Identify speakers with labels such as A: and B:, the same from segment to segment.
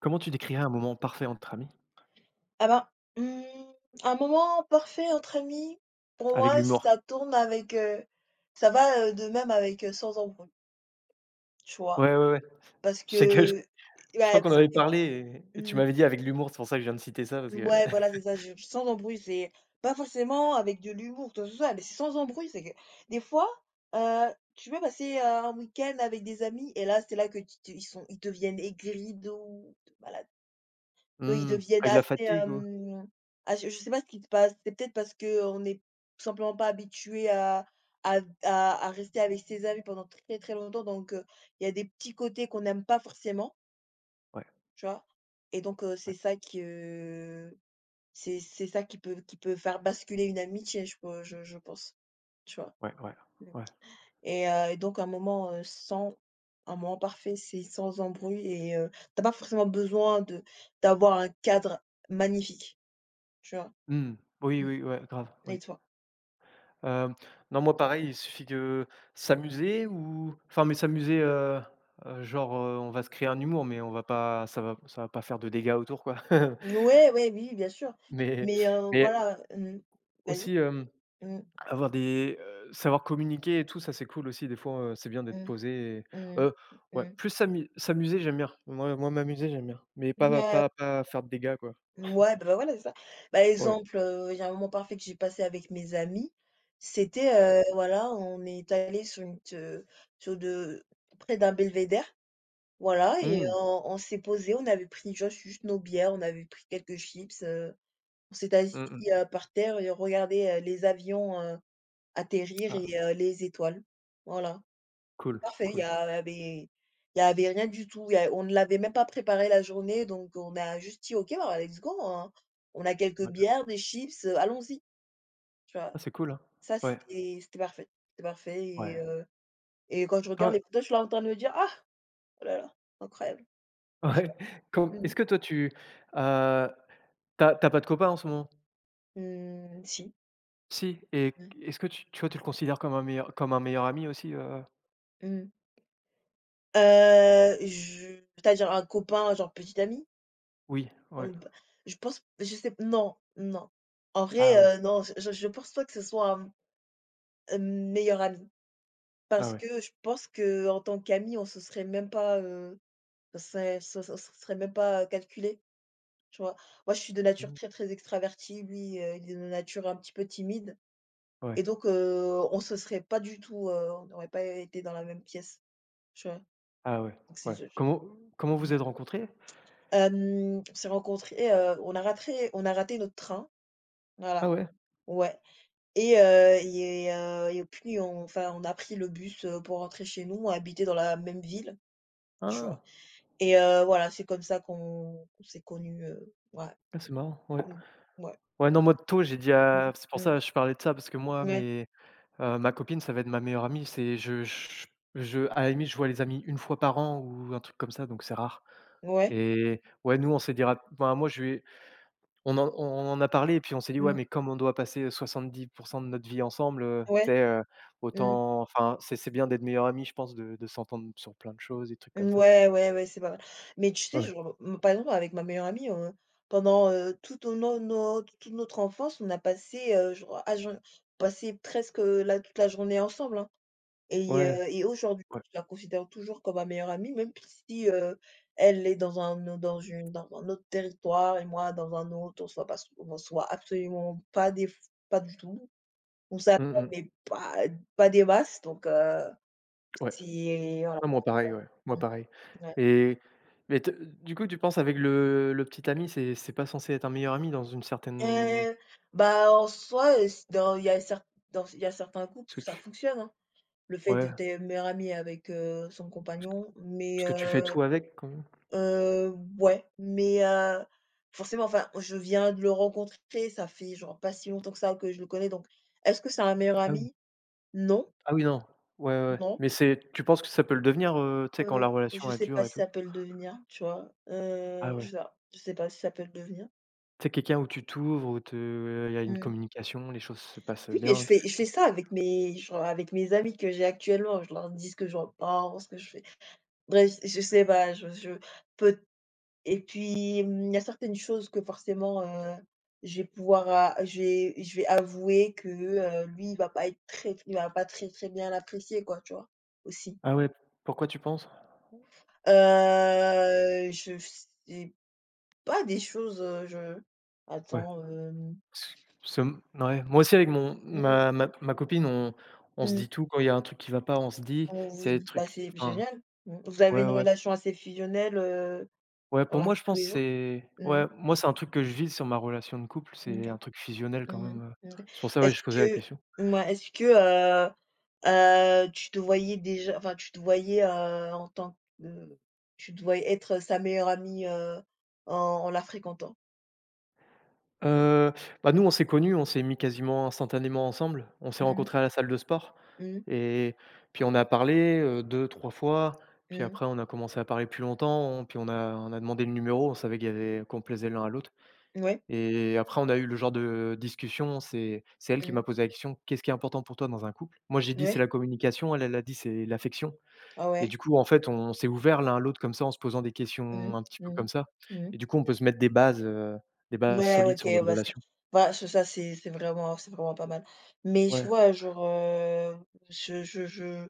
A: Comment tu décrirais un moment parfait entre amis?
B: Ah ben, mmh, un moment parfait entre amis, pour
A: Avec
B: moi,
A: l'humour.
B: ça tourne avec, ça va, de même avec, sans embrouille, tu vois?
A: Ouais, ouais, ouais.
B: Parce
A: Je sais que
B: que
A: je crois
B: ouais,
A: qu'on en
B: parce
A: avait
B: que
A: parlé et tu
B: mmh,
A: m'avais dit avec l'humour, c'est pour ça que je viens de citer ça parce que
B: ouais, voilà, c'est ça, je sans embrouille, c'est pas forcément avec de l'humour, tout ça, mais c'est sans embrouille, c'est que des fois, tu peux passer, un week-end avec des amis et là, c'est là que tu te ils deviennent aigris de ouf, de malade. Non, ils
A: mmh,
B: deviennent
A: avec la
B: assez,
A: fatigue ou
B: ah je sais pas ce qui se passe. C'est peut-être parce qu'on est tout simplement pas habitué à rester avec ses amis pendant très, très longtemps, donc, il y a des petits côtés qu'on n'aime pas forcément,
A: ouais,
B: tu vois? Et donc, c'est
A: ouais,
B: ça qui, c'est ça qui peut faire basculer une amitié, je pense, tu vois?
A: ouais, ouais,
B: Mmh
A: ouais.
B: et donc un moment, sans un moment parfait, c'est sans embrouille et, tu pas forcément besoin de d'avoir un cadre magnifique, tu vois?
A: Mmh. Oui,
B: Mmh
A: oui, ouais, grave,
B: et
A: oui.
B: toi?
A: Hem, non, moi pareil, il suffit de s'amuser ou enfin, mais s'amuser, genre, on va se créer un humour, mais on va pas ça va pas faire de dégâts autour, quoi.
B: Ouais, ouais, oui, bien sûr.
A: Mais
B: Mais,
A: mais
B: voilà, mmh. Vas-y.
A: aussi,
B: Mmh,
A: avoir des, savoir communiquer et tout, ça c'est cool aussi des fois, c'est bien d'être
B: mmh,
A: posé et
B: mmh,
A: heu, ouais,
B: mmh.
A: plus s'amuser, j'aime bien. Moi m'amuser, j'aime bien, mais pas
B: Ouais,
A: pas pas faire de dégâts, quoi.
B: ouais, bah, bah, voilà, c'est ça. Bah,
A: Ouais,
B: exemple, il y a un moment parfait que j'ai passé avec mes amis.
A: ouais.
B: C'était, voilà, on est allés sur une t sur de près d'un belvédère, voilà, et
A: Mmh.
B: on s'est posés, on avait pris juste nos bières, on avait pris quelques chips, on s'est assis,
A: Mmh mh.
B: par terre, et on regardait, les avions, atterrir,
A: Ah,
B: et, les étoiles. Voilà.
A: cool,
B: Parfait, il y
A: cool.
B: avait il y avait rien du tout. Il y a On ne l'avait même pas préparé la journée, donc on a juste dit: «OK, bah, let's go, hein. On a quelques
A: Ouais.
B: bières, des chips, allons-y», tu vois?
A: Ah, c'est cool, hein.
B: Ça,
A: Ouais,
B: c'était parfait. C'était parfait, et
A: ouais.
B: heu et quand je regarde
A: Toi
B: les photos, je suis là en train de me dire: «Ah! Oh là là, incroyable», tu vois?
A: ouais, com
B: Mmh mh.
A: est-ce que toi heu, tu pas de copain en ce moment?
B: Mmh, si,
A: Si et
B: ouais.
A: est-ce que tu vois, tu le considères comme un meilleur ami aussi,
B: Mmh. Je C'est-à-dire un copain, genre petit ami?
A: Oui, ouais.
B: Mmh, bah, je pense, je sais, non, non. En
A: Ah ouais,
B: vrai, non, je pense pas que ce soit un, meilleur ami.
A: ah
B: Parce
A: ouais.
B: que je pense que en tant qu'amis, on se serait même pas, ça se serait même pas, calculé, tu vois? Moi, je suis de nature
A: Mmh.
B: très, très extravertie. Lui, il est de nature un petit peu timide,
A: Ouais.
B: et donc, on se serait pas du tout, on n'aurait pas été dans la même pièce, tu vois?
A: Ah ouais,
B: Donc c'est
A: ouais.
B: je ouais.
A: Comment vous êtes rencontrés?
B: On s'est rencontrés, on a raté notre train,
A: Ah
B: voilà,
A: ouais?
B: ouais, et puis on enfin, on a pris le bus, pour rentrer chez nous. On habitait dans la même ville, tu vois?
A: Ah!
B: Et, voilà, c'est comme ça qu'on s'est connus, ouais,
A: Ah, c'est marrant, ouais.
B: mmh, ouais,
A: Ouais, non, moi tôt j'ai dit
B: mmh,
A: à c'est pour ça
B: mmh,
A: que je parlais de ça parce que moi
B: ouais,
A: mais ma copine ça va être ma meilleure amie, c'est je à la limite je vois les amis une fois par an ou un truc comme ça donc c'est rare
B: ouais,
A: et ouais, nous on s'est dit rap enfin moi je lui ai on en a parlé et puis on s'est dit: «Ouais
B: mmh,
A: mais comme on doit passer, 70% de notre vie ensemble, tu
B: ouais,
A: sais,
B: mmh,
A: autant enfin c'est bien d'être meilleurs amis je pense de s'entendre sur plein de choses», des trucs comme
B: mmh,
A: ça.
B: ouais, ouais, ouais, c'est pas mal. Mais tu sais,
A: Ouais,
B: je me par exemple, avec ma meilleure amie, pendant, toute no no toute notre enfance, on a passé, genre, ah, je passé presque, la journée ensemble, hein. Et,
A: ouais,
B: aujourd'hui,
A: ouais.
B: je la considère toujours comme ma meilleure amie, même si, elle est dans un autre territoire et moi dans un autre, on soit absolument pas des pas du tout. On s'appelle,
A: Mmh mh.
B: mais pas des masses, donc,
A: Ouais.
B: c'est voilà.
A: Ah moi pareil, ouais, moi
B: Mmh,
A: pareil
B: ouais.
A: et mais te du coup, tu penses avec le petit ami, c'est pas censé être un meilleur ami dans une certaine
B: Heu, bah, en soi, s dans il y a certains couples
A: parce
B: où
A: que
B: ça
A: tu
B: fonctionne, hein. Le fait de
A: ouais,
B: tes meilleure amie avec, son compagnon, mais.
A: parce que tu fais tout avec quand même?
B: Ouais, mais, forcément, enfin, je viens de le rencontrer, ça fait genre pas si longtemps que ça que je le connais, donc est-ce que c'est un meilleur
A: Ah oui,
B: ami? Non,
A: ah oui, non. Ouais, ouais, ouais,
B: non,
A: mais c'est tu penses que ça peut le devenir, tu sais, quand
B: heu,
A: la
B: je
A: relation est
B: sais pas
A: dure et
B: si
A: tout?
B: ça peut le devenir, tu vois?
A: Ah ouais.
B: Je sais pas si ça peut le devenir.
A: Tu sais, quelqu'un où tu t'ouvres, où te il y a une
B: Mmh.
A: communication, les choses se passent
B: Oui, mais
A: bien.
B: je fais ça avec mes, avec mes amis que j'ai actuellement, je leur dis ce que j'en pense, ce que je fais. Bref, je sais pas, je peut et puis, il y a certaines choses que forcément, je vais avouer que, lui, il va pas très, très bien l'apprécier, quoi, tu vois? Aussi.
A: Ah ouais, pourquoi tu penses?
B: Je sais pas, des choses, je
A: Ouais.
B: attends,
A: S ce ouais, moi aussi avec mon
B: mmh,
A: ma copine, on se
B: mmh,
A: dit tout quand il y a un truc qui va pas, on se dit,
B: on vous
A: c'est des
B: dit, bah,
A: trucs
B: c'est
A: enfin,
B: génial. Mmh. Vous avez
A: ouais,
B: une
A: ouais.
B: relation assez fusionnelle,
A: Ouais,
B: dans
A: pour
B: la
A: moi,
B: vie
A: je
B: de tous
A: pense
B: les
A: que
B: jours?
A: c'est
B: Mmh.
A: ouais, moi, c'est un truc que je vis sur ma relation de couple,
B: Mmh.
A: c'est un truc fusionnel
B: Mmh
A: quand
B: mh.
A: même,
B: Mmh.
A: c'est pour ça, ouais, je
B: Est-ce
A: posais la
B: que
A: question.
B: Est-ce que, tu te voyais déjà enfin, tu te voyais, en tant que tu te voyais être sa meilleure amie, en la fréquentant?
A: Heu, Bah, nous, on s'est connus, on s'est mis quasiment instantanément ensemble. On s'est
B: Mmh mh.
A: rencontrés à la salle de sport
B: Mmh.
A: et puis on a parlé, 2-3 fois, puis
B: Mmh.
A: après on a commencé à parler plus longtemps, puis on a demandé le numéro, on savait qu'il y avait qu'on plaisait l'un à l'autre.
B: Ouais.
A: Et après, on a eu le genre de discussion, c'est elle qui
B: Mmh.
A: m'a posé la question: «Qu'est-ce qui est important pour toi dans un couple?» Moi, j'ai dit: «C'est
B: Ouais.
A: la communication», elle, elle a dit: «C'est l'affection»
B: Ah
A: et
B: ouais.
A: du coup, en fait, on s'est ouvert l'un à l'autre comme ça, en se posant des
B: Mmh
A: questions un petit
B: mh.
A: peu
B: Mmh.
A: comme ça
B: Mmh.
A: et du coup, on peut se mettre des bases
B: Ouais, ouais,
A: solides sur
B: OK,
A: notre
B: bah,
A: relation.
B: ce ça, c'est vraiment pas mal. Mais je
A: Ouais,
B: vois, genre, je je je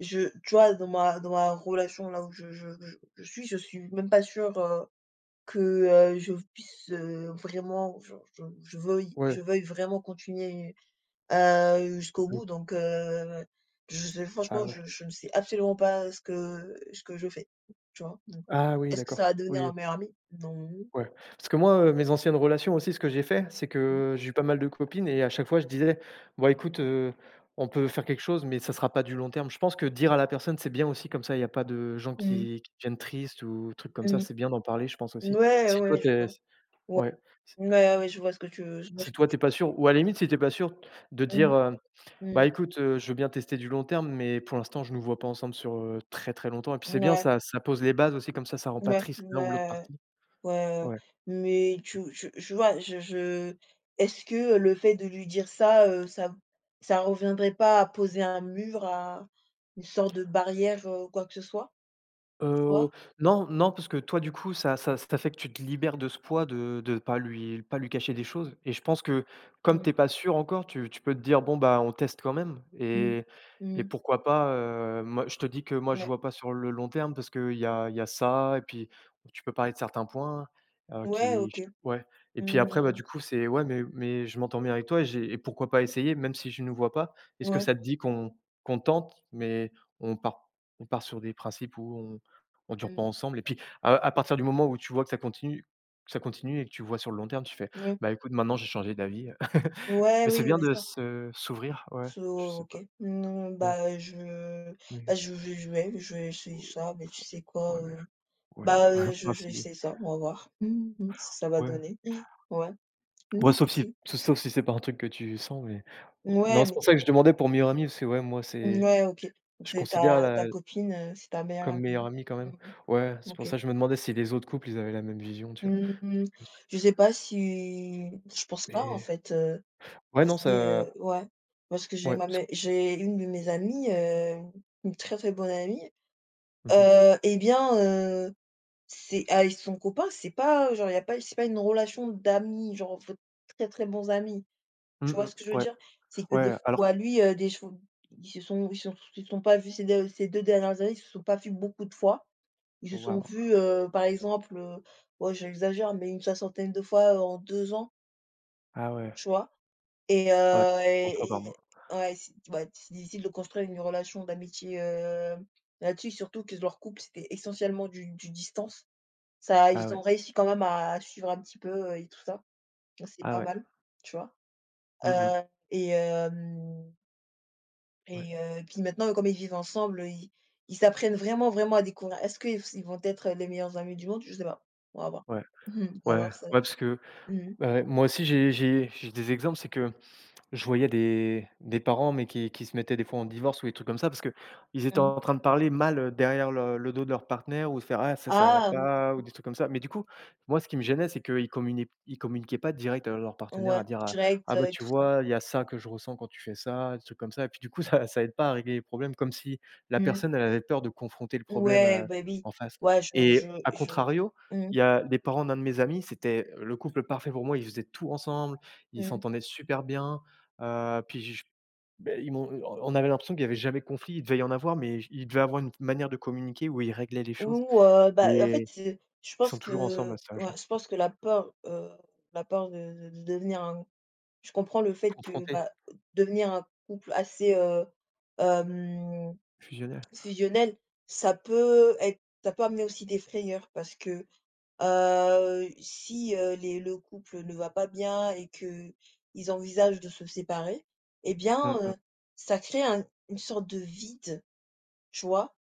B: je tu vois, dans ma relation là où je suis même pas sûre, que, je puisse, vraiment, genre,
A: ouais,
B: je veuille vraiment continuer, jusqu'au
A: oui.
B: bout, donc,
A: Ah ouais.
B: je ne sais absolument pas ce que je fais, tu vois? Donc,
A: Ah oui,
B: est-ce que
A: d'accord.
B: ça va devenir
A: Oui,
B: un
A: oui.
B: meilleur ami? Non.
A: Ouais. Parce que moi, mes anciennes relations aussi, ce que j'ai fait, c'est
B: Mmh.
A: que j'ai eu pas mal de copines et à chaque fois je disais: «Bon écoute, on peut faire quelque chose, mais ça sera pas du long terme». Je pense que dire à la personne, c'est bien aussi comme ça, il y a pas de gens
B: Mmh.
A: qui deviennent tristes ou trucs comme ça.
B: Mmh.
A: C'est bien d'en parler, je pense aussi.
B: Ouais,
A: Si toi
B: ouais, je
A: tu
B: vois.
A: ouais, si
B: Ouais, ouais, je vois ce
A: si
B: que
A: toi
B: tu
A: t'es pas
B: veux dire.
A: sûr ou à la limite si t'es pas sûr de
B: Mmh,
A: dire,
B: mmh.
A: «Bah écoute, je veux bien tester du long terme, mais pour l'instant je nous vois pas ensemble sur, très, très longtemps» et puis c'est bien,
B: Ouais,
A: ça pose les bases aussi comme ça rend pas
B: ouais,
A: triste l'un ou l'autre
B: ouais,
A: partie.
B: ouais,
A: Ouais.
B: mais tu je est-ce que le fait de lui dire ça, ça reviendrait pas à poser un mur, à une sorte de barrière, quoi que ce soit, tu
A: Heu,
B: vois?
A: non, non, parce que toi, du coup, ça fait que tu te libères de ce poids de de pas lui cacher des choses et je pense que comme
B: Mmh,
A: tu es pas sûr encore, tu peux te dire: «Bon, bah, on teste quand même»
B: mmh,
A: et
B: mmh,
A: pourquoi pas, moi je te dis que moi, je
B: ouais.
A: vois pas sur le long terme parce qu'il y a ça et puis tu peux parler de certains points,
B: Ouais,
A: qui
B: OK.
A: ch ouais et puis
B: Mmh
A: après, bah,
B: mmh,
A: du coup, c'est «Ouais, mais je m'entends bien avec toi et j'ai et pourquoi pas essayer même si je nous vois pas?
B: mmh.
A: Est-ce que
B: Ouais,
A: ça te dit qu'on tente mais on part on part sur des principes où on dure pas
B: mmh,
A: ensemble et puis à partir du moment où tu vois que ça continue et que tu vois sur le long terme, tu fais:
B: ouais.
A: «Bah, écoute, maintenant j'ai changé d'avis».
B: Ouais,
A: Mais c'est
B: oui,
A: bien de
B: vas-y.
A: se s'ouvrir, ouais,
B: So.
A: je sais
B: OK.
A: pas.
B: Mmh,
A: Ouais,
B: bah, je bah,
A: mais
B: je vais essayer ça, mais tu sais
A: ouais,
B: quoi,
A: mais ouais, non.
B: bah, je
A: Enfin,
B: je vais
A: si,
B: essayer ça, on va voir, ce que ça va
A: ouais.
B: donner. Ouais,
A: Ouais, sauf si
B: merci.
A: sauf si c'est pas un truc que tu sens, mais
B: Ouais,
A: non, c'est pour ça que je demandais pour meilleur ami, parce que, ouais, moi,
B: mais
A: c'est
B: ouais, OK. Donc
A: je
B: c'est
A: considère
B: ta
A: la
B: ta copine, c'est ta meilleure
A: comme meilleur
B: amie.
A: ami quand même.
B: Mmh,
A: Ouais, c'est pour
B: OK.
A: ça que je me demandais si les autres couples, ils avaient la même vision, tu vois?
B: Mmh,
A: Comme ça
B: je sais pas, si je pense pas, en
A: mais
B: fait,
A: ouais,
B: tu
A: non,
B: sais,
A: ça
B: ouais, parce que j'ai
A: ouais,
B: ma
A: parce que
B: mé j'ai une de mes amies, une très, très bonne amie,
A: mmh mh.
B: et bien, c'est, ah, son copain c'est pas, genre, il y a pas c'est pas une relation d'amis, genre, vous êtes très, très bons amis. Tu vois
A: Mmh
B: ce que je veux
A: ouais,
B: dire? C'est que des
A: ouais, alors
B: fois, lui, des cho ils se sont pas vus ces de ces 2 dernières années, ils se sont pas vus beaucoup de fois. Ils se
A: Oh,
B: sont
A: Waouh!
B: vus, par exemple, ouais, j'exagère, mais une soixantaine de fois, en 2 ans,
A: Ah ouais,
B: tu vois? Et
A: ouais,
B: heu
A: 3 fois
B: et
A: par
B: et
A: mois.
B: ouais, c'est difficile de construire une relation d'amitié, là-dessus, surtout que leur couple, c'était essentiellement du distance. Ça, ils
A: Ah
B: ont
A: ouais,
B: réussi quand même à suivre un petit peu, et tout ça. C'est
A: ah
B: pas
A: ouais.
B: mal, tu vois?
A: Mmh mh.
B: Heu et hem
A: Ouais,
B: et Puis maintenant, comme ils vivent ensemble, ils s'apprennent vraiment, vraiment à découvrir. Est-ce qu'ils vont être les meilleurs amis du monde? Je sais pas. On va voir.
A: ouais,
B: Mmh mh. On
A: ouais,
B: va
A: ouais,
B: voir ça.
A: parce que,
B: Mmh mh.
A: bah, moi aussi j'ai des exemples, c'est que je voyais des parents, mais qui se mettaient des fois en divorce ou des trucs comme ça, parce que ils étaient
B: Mmh.
A: en train de parler mal, derrière le dos de leur partenaire ou de faire: «Ah ça, ça va
B: Ah! Mmh.
A: pas» ou des trucs comme ça. Mais du coup, moi, ce qui me gênait, c'est qu'ils communiquaient pas direct à leur partenaire
B: Ouais,
A: à dire: «Ah
B: direct,
A: ah bah,
B: et
A: tu
B: tout ça.
A: vois, il y a ça que je ressens quand tu fais ça», des trucs comme ça. Et puis du coup, ça aide pas à régler les problèmes, comme si la
B: Mmh mh.
A: personne, elle avait peur de confronter le problème,
B: Ouais, bah, oui.
A: en face.
B: Ouais,
A: Et à
B: je
A: contrario,
B: mmh mh.
A: il y a les parents d'un de mes amis, c'était le couple parfait pour moi, ils faisaient tout ensemble, ils
B: Mmh.
A: s'entendaient super bien. Puis j beh, ils m'ont on avait l'impression qu'il y avait jamais de conflit. Il devait y en avoir, mais il devait avoir une manière de communiquer où ils réglaient les choses
B: Ou, bah, en fait,
A: et
B: c'est je
A: ils sont
B: pense
A: toujours ensemble à
B: que
A: cet âge
B: ouais, je pense que la peur de devenir un je comprends le fait que,
A: Confrontés,
B: bah, devenir un couple assez, hem,
A: fusionnels.
B: fusionnel, ça peut amener aussi des frayeurs, parce que, si, les le couple ne va pas bien et que ils envisagent de se séparer, eh bien,
A: Mmh mh.
B: ça crée un une sorte de vide, tu vois?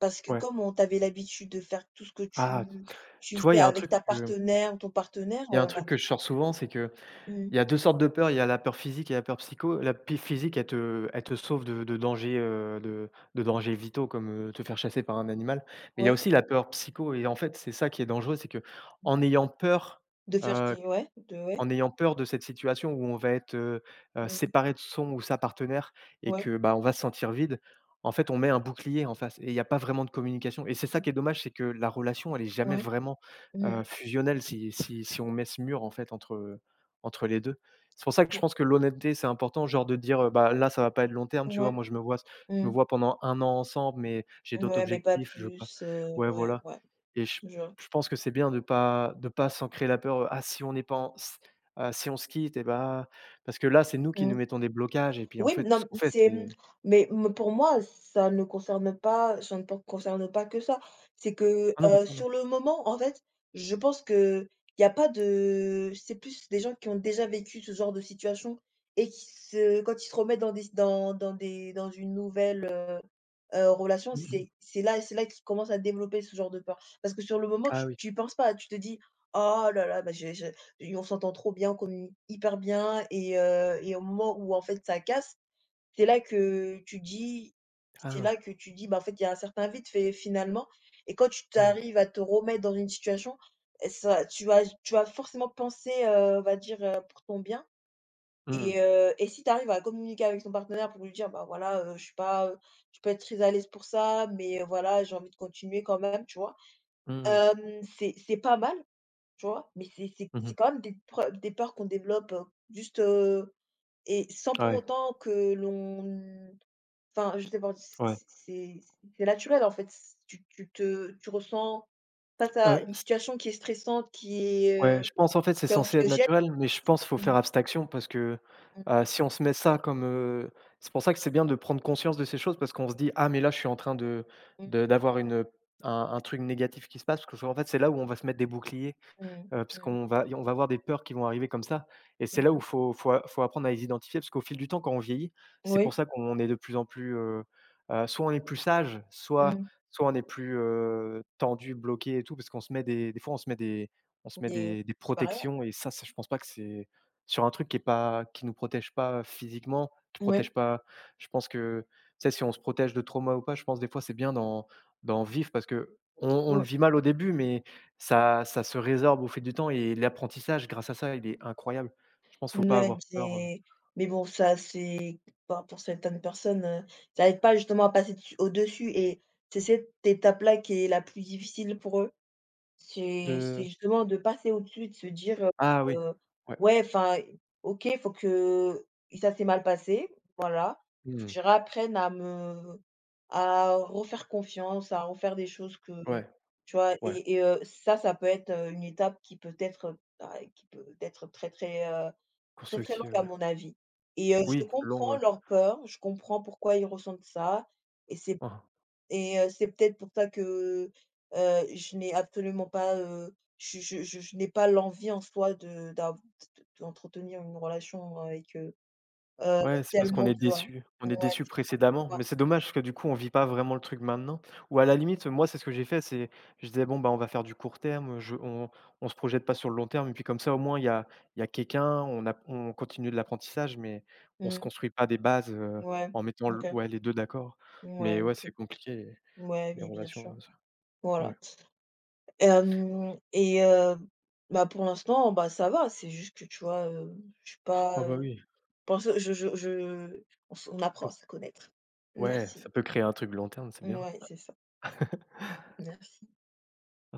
B: Parce que
A: Ouais.
B: comme on t'avait l'habitude de faire tout ce que
A: Ah,
B: tu
A: tu vois, il
B: faisais
A: y a un
B: avec
A: truc
B: ta
A: que
B: partenaire ou ton partenaire,
A: il y a un
B: bah,
A: truc que je sors souvent, c'est que
B: mmh,
A: il y a 2 sortes de peurs. Il y a la peur physique et la peur psycho. La p physique, elle te sauve de dangers, de dangers vitaux comme, te faire chasser par un animal. Mais il y a
B: ouais,
A: aussi la peur psycho et en fait, c'est ça qui est dangereux, c'est que en ayant peur,
B: de faire
A: heu
B: qui ouais, de ouais,
A: en ayant peur de cette situation où on va être,
B: mmh,
A: séparé de son ou sa partenaire et
B: ouais,
A: que, bah, on va se sentir vide, en fait, on met un bouclier en face et il n'y a pas vraiment de communication et c'est ça
B: mmh,
A: qui est dommage, c'est que la relation, elle est jamais
B: ouais,
A: vraiment,
B: mmh mh,
A: fusionnelle si si on met ce mur, en fait, entre, entre les 2. C'est pour ça que je pense que l'honnêteté, c'est important, genre de dire, «Bah, là, ça va pas être long terme, tu vois?
B: ouais,
A: Moi, je me vois je me
B: mmh,
A: vois pendant un an ensemble, mais j'ai d'autres
B: ouais, mais pas
A: objectifs, je veux pas»
B: plus,
A: ouais,
B: ouais,
A: voilà.
B: ouais,
A: Et
B: je vois.
A: je pense que c'est bien de pas s'en créer la peur, «Ah si on n'est pas en s ah si on se quitte et bah» parce que là, c'est nous qui nous
B: Mmh.
A: mettons des blocages et puis en
B: Oui,
A: fait, ce
B: non,
A: qu'on fait,
B: c'est mmh,
A: c'est
B: mais pour moi, ça ne pen concerne pas que ça. C'est que,
A: ah non, pas toi, non.
B: sur le moment, en fait, je pense qu'il y a pas de c'est plus des gens qui ont déjà vécu ce genre de situation, et qui se quand ils se remettent dans une nouvelle, relation,
A: Mmh mh.
B: c'est là qu'ils commencent à développer ce genre de peur. Parce que sur le moment, tu
A: Ah oui.
B: tu y penses pas, tu te dis: «Oh là là, bah, j'ai et on s'entend trop bien, on communique hyper bien et, et au moment où en fait ça casse, c'est là que tu dis c'est
A: Ah.
B: là que tu dis: Bah, en fait, il y a un certain vide fait finalement.» Et quand tu
A: Mmh.
B: t'arrives à te remettre dans une situation, et ça, tu vas forcément penser, on va dire, pour ton bien,
A: Mmh.
B: et si tu arrives à communiquer avec ton partenaire pour lui dire: «Bah, voilà, je suis pas, je peux être très à l'aise pour ça, mais, voilà, j'ai envie de continuer quand même», tu vois?
A: Mmh mh.
B: C'est pas mal, tu vois? Mais c'est
A: Mmh
B: quand même des peurs qu'on développe, juste, et sans pour
A: Ouais,
B: autant que l'on enfin, je sais pas,
A: ouais.
B: c'est c'est naturel, en fait. C tu ressens face à une
A: C
B: situation qui est stressante,
A: ouais, je pense en fait, c'est
B: qui est
A: censé être
B: anxiogène.
A: naturel, mais je pense qu'il faut faire
B: Mmh,
A: abstraction parce que, si on se met ça comme, c'est pour ça que c'est bien de prendre conscience de ces choses parce qu'on se dit: «Ah mais là, je suis en train de
B: mmh,
A: d'avoir une, un truc négatif qui se passe» parce que en fait, c'est là où on va se mettre des boucliers.
B: mmh, mmh,
A: Parce
B: mmh,
A: qu'on va avoir des peurs qui vont arriver comme ça et c'est là où
B: mmh,
A: il faut faut a faut apprendre à les identifier parce qu'au fil du temps, quand on vieillit, c'est pour
B: oui,
A: ça qu'on est de plus en plus, soit on est plus sage, soit
B: mmh,
A: soit on est plus, tendu, bloqué et tout parce qu'on se met des fois on se met des on se met
B: des
A: des des
B: c'est pas.
A: protections et ça je pense pas que c'est sur un truc qui est pas qui nous protège pas physiquement, qui
B: Ouais,
A: protège pas je pense que, tu sais, si on se protège de trauma ou pas, je pense des fois c'est bien d'en d'en vivre parce qu'on on le
B: ouais.
A: vit mal au début mais ça se résorbe au fil du temps et l'apprentissage grâce à ça, il est incroyable. Je pense faut pas
B: Ouais,
A: avoir peur,
B: c'est mais bon, ça, c'est enfin, pour certaines personnes, ils arrivent pas justement à passer dessus au-dessus, et c'est cette étape-là qui est la plus difficile pour eux. C'est
A: de
B: justement de passer au-dessus, de se dire:
A: ah oui,
B: heu:
A: ouais.
B: «Ouais, enfin, OK, il faut que ça s'est mal passé, voilà, il faut que
A: Mmh.
B: je réapprenne à refaire confiance, à refaire des choses que»,
A: Ouais,
B: tu vois?
A: ouais,
B: Et ça, une étape qui peut être, bah, qui peut être très, très, très, très longue
A: constructive,
B: à
A: ouais.
B: mon avis, et, je
A: Oui, longue,
B: comprends
A: ouais.
B: leur peur, je comprends pourquoi ils ressentent ça, et c'est
A: Mmh mh.
B: c'est peut-être pour ça que, je n'ai absolument pas, je n'ai pas l'envie en soi de d'av d d'entretenir une relation avec eux, heu,
A: Ouais, c'est parce qu'on
B: tellement
A: est
B: de voilà.
A: déçu. On
B: Ouais,
A: est déçu
B: c'est
A: précédemment,
B: ça.
A: mais c'est dommage parce que du coup, on vit pas vraiment le truc maintenant. Ou à la limite, moi, c'est ce que j'ai fait, c'est je disais: «Bon, bah, on va faire du court terme, je on se projette pas sur le long terme» et puis comme ça, au moins, il y a quelqu'un, on a on continue de l'apprentissage, mais on se
B: Mmh.
A: construit pas des bases,
B: Ouais.
A: en mettant l
B: OK.
A: ouais, les 2 d'accord.
B: Ouais,
A: Mais ouais,
B: OK.
A: c'est compliqué
B: Ouais,
A: les
B: oui, bien
A: relations,
B: sûr.
A: ouais.
B: Voilà. Hem et bah, pour l'instant, bah, ça va, c'est juste que, tu vois, je suis
A: Ah
B: pas,
A: bah, oui,
B: Pense je on apprend à
A: pour
B: se connaître.
A: ouais, ça
B: Merci.
A: peut créer un truc long terme, c'est bien.
B: Ouais, c'est ça. Merci.